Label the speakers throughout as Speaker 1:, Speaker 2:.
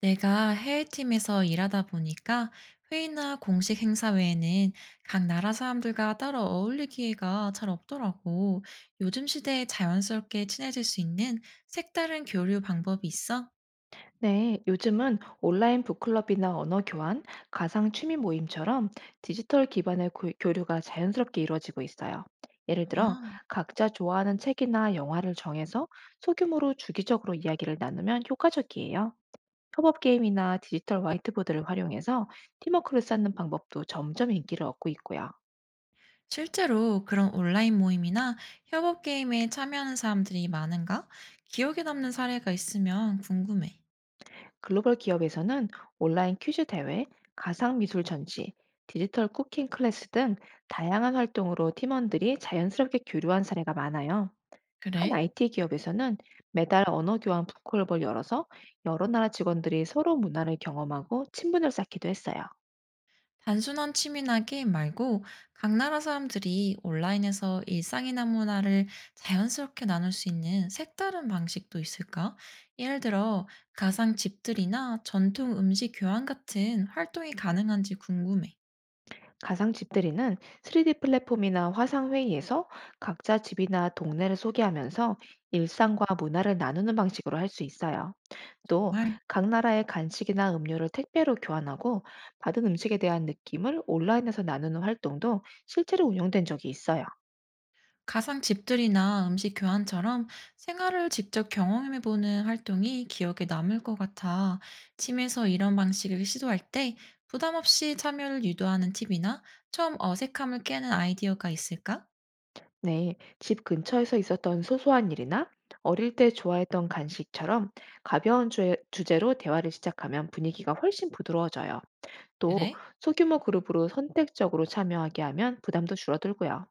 Speaker 1: 내가 해외팀에서 일하다 보니까 회의나 공식 행사 외에는 각 나라 사람들과 따로 어울릴 기회가 잘 없더라고. 요즘 시대에 자연스럽게 친해질 수 있는 색다른 교류 방법이 있어?
Speaker 2: 네, 요즘은 온라인 북클럽이나 언어 교환, 가상 취미 모임처럼 디지털 기반의 교류가 자연스럽게 이루어지고 있어요. 예를 들어,
Speaker 1: 아,
Speaker 2: 각자 좋아하는 책이나 영화를 정해서 소규모로 주기적으로 이야기를 나누면 효과적이에요. 협업 게임이나 디지털 화이트보드를 활용해서 팀워크를 쌓는 방법도 점점 인기를 얻고 있고요.
Speaker 1: 실제로 그런 온라인 모임이나 협업 게임에 참여하는 사람들이 많은가? 기억에 남는 사례가 있으면 궁금해.
Speaker 2: 글로벌 기업에서는 온라인 퀴즈 대회, 가상미술 전시, 디지털 쿠킹 클래스 등 다양한 활동으로 팀원들이 자연스럽게 교류한 사례가 많아요. 한
Speaker 1: 그래?
Speaker 2: IT 기업에서는 매달 언어 교환 북클럽을 열어서 여러 나라 직원들이 서로 문화를 경험하고 친분을 쌓기도 했어요.
Speaker 1: 단순한 취미나 게임 말고 각 나라 사람들이 온라인에서 일상이나 문화를 자연스럽게 나눌 수 있는 색다른 방식도 있을까? 예를 들어 가상 집들이나 전통 음식 교환 같은 활동이 가능한지 궁금해.
Speaker 2: 가상 집들이는 3D 플랫폼이나 화상 회의에서 각자 집이나 동네를 소개하면서 일상과 문화를 나누는 방식으로 할 수 있어요. 또
Speaker 1: 정말
Speaker 2: 각 나라의 간식이나 음료를 택배로 교환하고 받은 음식에 대한 느낌을 온라인에서 나누는 활동도 실제로 운영된 적이 있어요.
Speaker 1: 가상 집들이나 음식 교환처럼 생활을 직접 경험해보는 활동이 기억에 남을 것 같아. 팀에서 이런 방식을 시도할 때 부담 없이 참여를 유도하는 팁이나 처음 어색함을 깨는 아이디어가 있을까?
Speaker 2: 네, 집 근처에서 있었던 소소한 일이나 어릴 때 좋아했던 간식처럼 가벼운 주 주제로 대화를 시작하면 분위기가 훨씬 부드러워져요. 또
Speaker 1: 그래?
Speaker 2: 소규모 그룹으로 선택적으로 참여하게 하면 부담도 줄어들고요.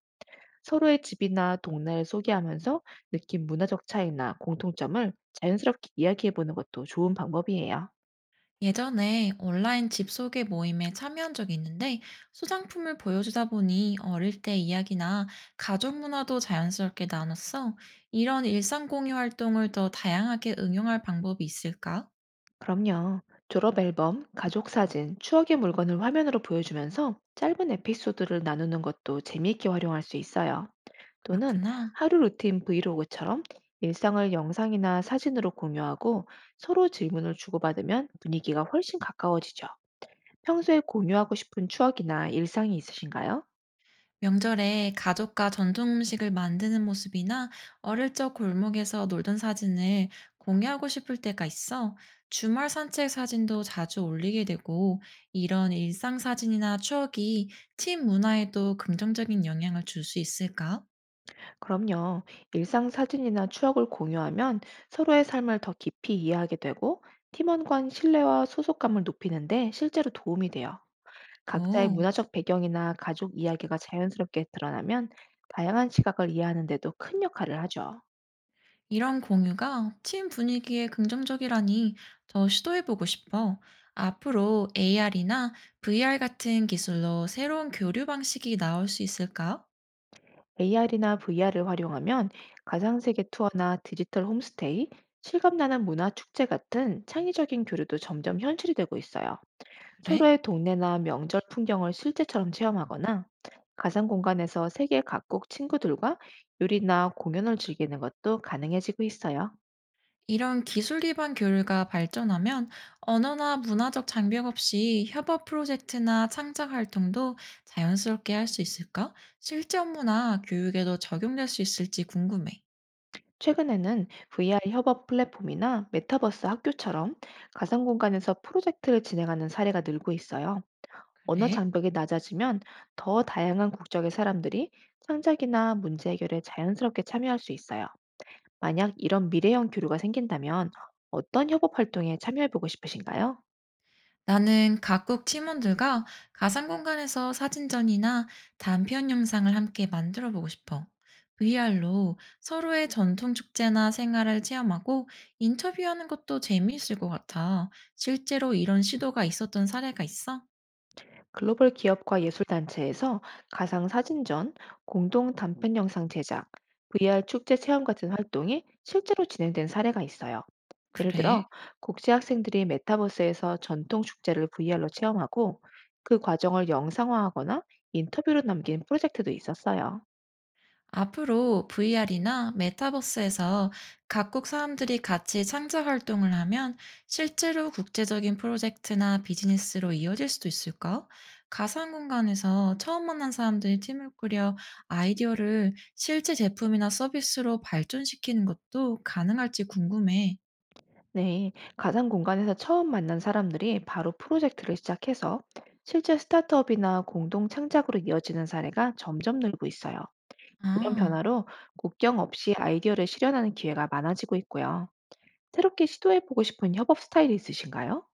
Speaker 2: 서로의 집이나 동네를 소개하면서 느낀 문화적 차이나 공통점을 자연스럽게 이야기해보는 것도 좋은 방법이에요.
Speaker 1: 예전에 온라인 집소개 모임에 참여한 적이 있는데 소장품을 보여주다 보니 어릴 때 이야기나 가족 문화도 자연스럽게 나눴어. 이런 일상 공유 활동을 더 다양하게 응용할 방법이 있을까?
Speaker 2: 그럼요. 졸업 앨범, 가족 사진, 추억의 물건을 화면으로 보여주면서 짧은 에피소드를 나누는 것도 재미있게 활용할 수 있어요. 또는
Speaker 1: 그렇구나.
Speaker 2: 하루 루틴 브이로그처럼 일상을 영상이나 사진으로 공유하고 서로 질문을 주고받으면 분위기가 훨씬 가까워지죠. 평소에 공유하고 싶은 추억이나 일상이 있으신가요?
Speaker 1: 명절에 가족과 전통 음식을 만드는 모습이나 어릴 적 골목에서 놀던 사진을 공유하고 싶을 때가 있어. 주말 산책 사진도 자주 올리게 되고, 이런 일상 사진이나 추억이 팀 문화에도 긍정적인 영향을 줄 수 있을까?
Speaker 2: 그럼요. 일상 사진이나 추억을 공유하면 서로의 삶을 더 깊이 이해하게 되고 팀원 간 신뢰와 소속감을 높이는데 실제로 도움이 돼요. 각자의
Speaker 1: 오,
Speaker 2: 문화적 배경이나 가족 이야기가 자연스럽게 드러나면 다양한 시각을 이해하는 데도 큰 역할을 하죠.
Speaker 1: 이런 공유가 팀 분위기에 긍정적이라니 더 시도해보고 싶어. 앞으로 AR이나 VR 같은 기술로 새로운 교류 방식이 나올 수 있을까?
Speaker 2: AR이나 VR을 활용하면 가상세계 투어나 디지털 홈스테이, 실감나는 문화 축제 같은 창의적인 교류도 점점 현실이 되고 있어요.
Speaker 1: 그래?
Speaker 2: 서로의 동네나 명절 풍경을 실제처럼 체험하거나 가상 공간에서 세계 각국 친구들과 요리나 공연을 즐기는 것도 가능해지고 있어요.
Speaker 1: 이런 기술 기반 교류가 발전하면 언어나 문화적 장벽 없이 협업 프로젝트나 창작 활동도 자연스럽게 할 수 있을까? 실제 업무나 교육에도 적용될 수 있을지 궁금해.
Speaker 2: 최근에는 VR 협업 플랫폼이나 메타버스 학교처럼 가상 공간에서 프로젝트를 진행하는 사례가 늘고 있어요. 언어
Speaker 1: 그래?
Speaker 2: 장벽이 낮아지면 더 다양한 국적의 사람들이 창작이나 문제 해결에 자연스럽게 참여할 수 있어요. 만약 이런 미래형 교류가 생긴다면 어떤 협업 활동에 참여해보고 싶으신가요?
Speaker 1: 나는 각국 팀원들과 가상 공간에서 사진전이나 단편 영상을 함께 만들어 보고 싶어. VR로 서로의 전통 축제나 생활을 체험하고 인터뷰하는 것도 재미있을 것 같아. 실제로 이런 시도가 있었던 사례가 있어?
Speaker 2: 글로벌 기업과 예술단체에서 가상 사진전, 공동 단편 영상 제작, VR 축제 체험 같은 활동이 실제로 진행된 사례가 있어요. 예를
Speaker 1: 그래?
Speaker 2: 들어, 국제 학생들이 메타버스에서 전통 축제를 VR로 체험하고 그 과정을 영상화하거나 인터뷰로 남긴 프로젝트도 있었어요.
Speaker 1: 앞으로 VR이나 메타버스에서 각국 사람들이 같이 창작 활동을 하면 실제로 국제적인 프로젝트나 비즈니스로 이어질 수도 있을까? 가상 공간에서 처음 만난 사람들이 팀을 꾸려 아이디어를 실제 제품이나 서비스로 발전시키는 것도 가능할지 궁금해.
Speaker 2: 네, 가상 공간에서 처음 만난 사람들이 바로 프로젝트를 시작해서 실제 스타트업이나 공동 창작으로 이어지는 사례가 점점 늘고 있어요. 이런
Speaker 1: 아.
Speaker 2: 변화로 국경 없이 아이디어를 실현하는 기회가 많아지고 있고요. 새롭게 시도해보고 싶은 협업 스타일이 있으신가요?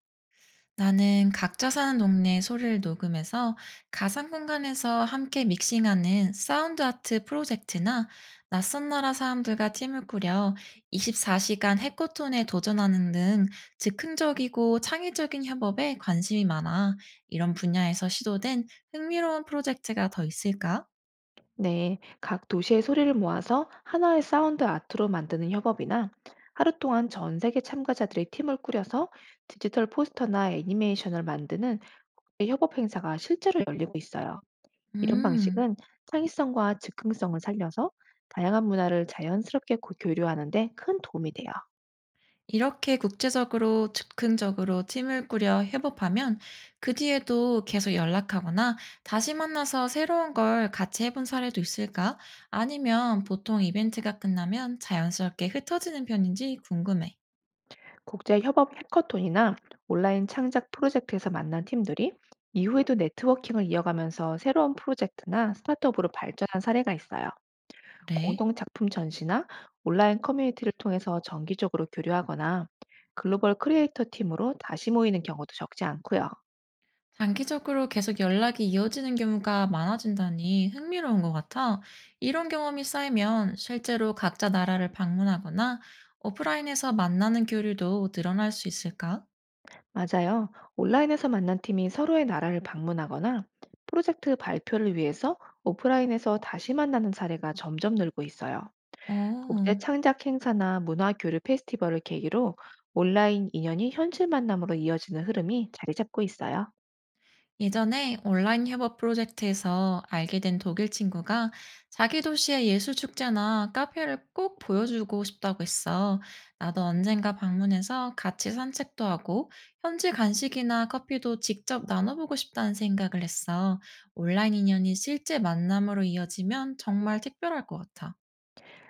Speaker 1: 나는 각자 사는 동네 소리를 녹음해서 가상 공간에서 함께 믹싱하는 사운드 아트 프로젝트나 낯선 나라 사람들과 팀을 꾸려 24시간 해코톤에 도전하는 등 즉흥적이고 창의적인 협업에 관심이 많아. 이런 분야에서 시도된 흥미로운 프로젝트가 더 있을까?
Speaker 2: 네, 각 도시의 소리를 모아서 하나의 사운드 아트로 만드는 협업이나 하루 동안 전 세계 참가자들의 팀을 꾸려서 디지털 포스터나 애니메이션을 만드는 협업 행사가 실제로 열리고 있어요. 이런
Speaker 1: 음.
Speaker 2: 방식은 창의성과 즉흥성을 살려서 다양한 문화를 자연스럽게 교류하는 데 큰 도움이 돼요.
Speaker 1: 이렇게 국제적으로 즉흥적으로 팀을 꾸려 협업하면 그 뒤에도 계속 연락하거나 다시 만나서 새로운 걸 같이 해본 사례도 있을까? 아니면 보통 이벤트가 끝나면 자연스럽게 흩어지는 편인지 궁금해.
Speaker 2: 국제 협업 해커톤이나 온라인 창작 프로젝트에서 만난 팀들이 이후에도 네트워킹을 이어가면서 새로운 프로젝트나 스타트업으로 발전한 사례가 있어요.
Speaker 1: 그래?
Speaker 2: 공동 작품 전시나 온라인 커뮤니티를 통해서 정기적으로 교류하거나 글로벌 크리에이터 팀으로 다시 모이는 경우도 적지 않고요.
Speaker 1: 장기적으로 계속 연락이 이어지는 경우가 많아진다니 흥미로운 것 같아. 이런 경험이 쌓이면 실제로 각자 나라를 방문하거나 오프라인에서 만나는 교류도 늘어날 수 있을까?
Speaker 2: 맞아요. 온라인에서 만난 팀이 서로의 나라를 방문하거나 프로젝트 발표를 위해서 오프라인에서 다시 만나는 사례가 점점 늘고 있어요. 국제
Speaker 1: 어.
Speaker 2: 창작 행사나 문화 교류 페스티벌을 계기로 온라인 인연이 현실 만남으로 이어지는 흐름이 자리 잡고 있어요.
Speaker 1: 예전에 온라인 협업 프로젝트에서 알게 된 독일 친구가 자기 도시의 예술 축제나 카페를 꼭 보여주고 싶다고 했어. 나도 언젠가 방문해서 같이 산책도 하고 현지 간식이나 커피도 직접 나눠보고 싶다는 생각을 했어. 온라인 인연이 실제 만남으로 이어지면 정말 특별할 것 같아.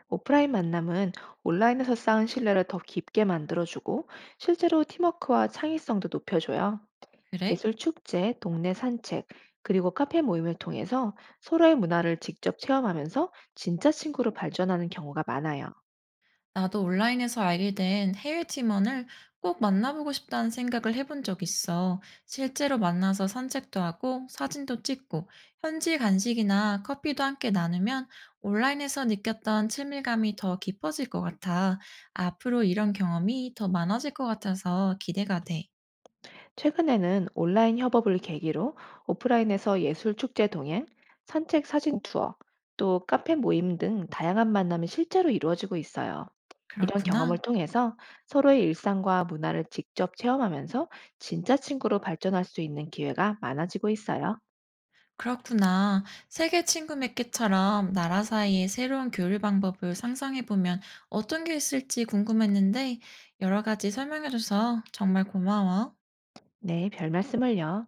Speaker 2: 오프라인 만남은 온라인에서 쌓은 신뢰를 더 깊게 만들어주고 실제로 팀워크와 창의성도 높여줘요.
Speaker 1: 그래?
Speaker 2: 예술 축제, 동네 산책, 그리고 카페 모임을 통해서 서로의 문화를 직접 체험하면서 진짜 친구로 발전하는 경우가 많아요.
Speaker 1: 나도 온라인에서 알게 된 해외 팀원을 꼭 만나보고 싶다는 생각을 해본 적 있어. 실제로 만나서 산책도 하고 사진도 찍고 현지 간식이나 커피도 함께 나누면 온라인에서 느꼈던 친밀감이 더 깊어질 것 같아. 앞으로 이런 경험이 더 많아질 것 같아서 기대가 돼.
Speaker 2: 최근에는 온라인 협업을 계기로 오프라인에서 예술 축제 동행, 산책 사진 투어, 또 카페 모임 등 다양한 만남이 실제로 이루어지고 있어요. 이런
Speaker 1: 그렇구나.
Speaker 2: 경험을 통해서 서로의 일상과 문화를 직접 체험하면서 진짜 친구로 발전할 수 있는 기회가 많아지고 있어요.
Speaker 1: 그렇구나. 세계 친구 맺기처럼 나라 사이의 새로운 교류 방법을 상상해보면 어떤 게 있을지 궁금했는데 여러 가지 설명해줘서 정말 고마워.
Speaker 2: 네, 별 말씀을요.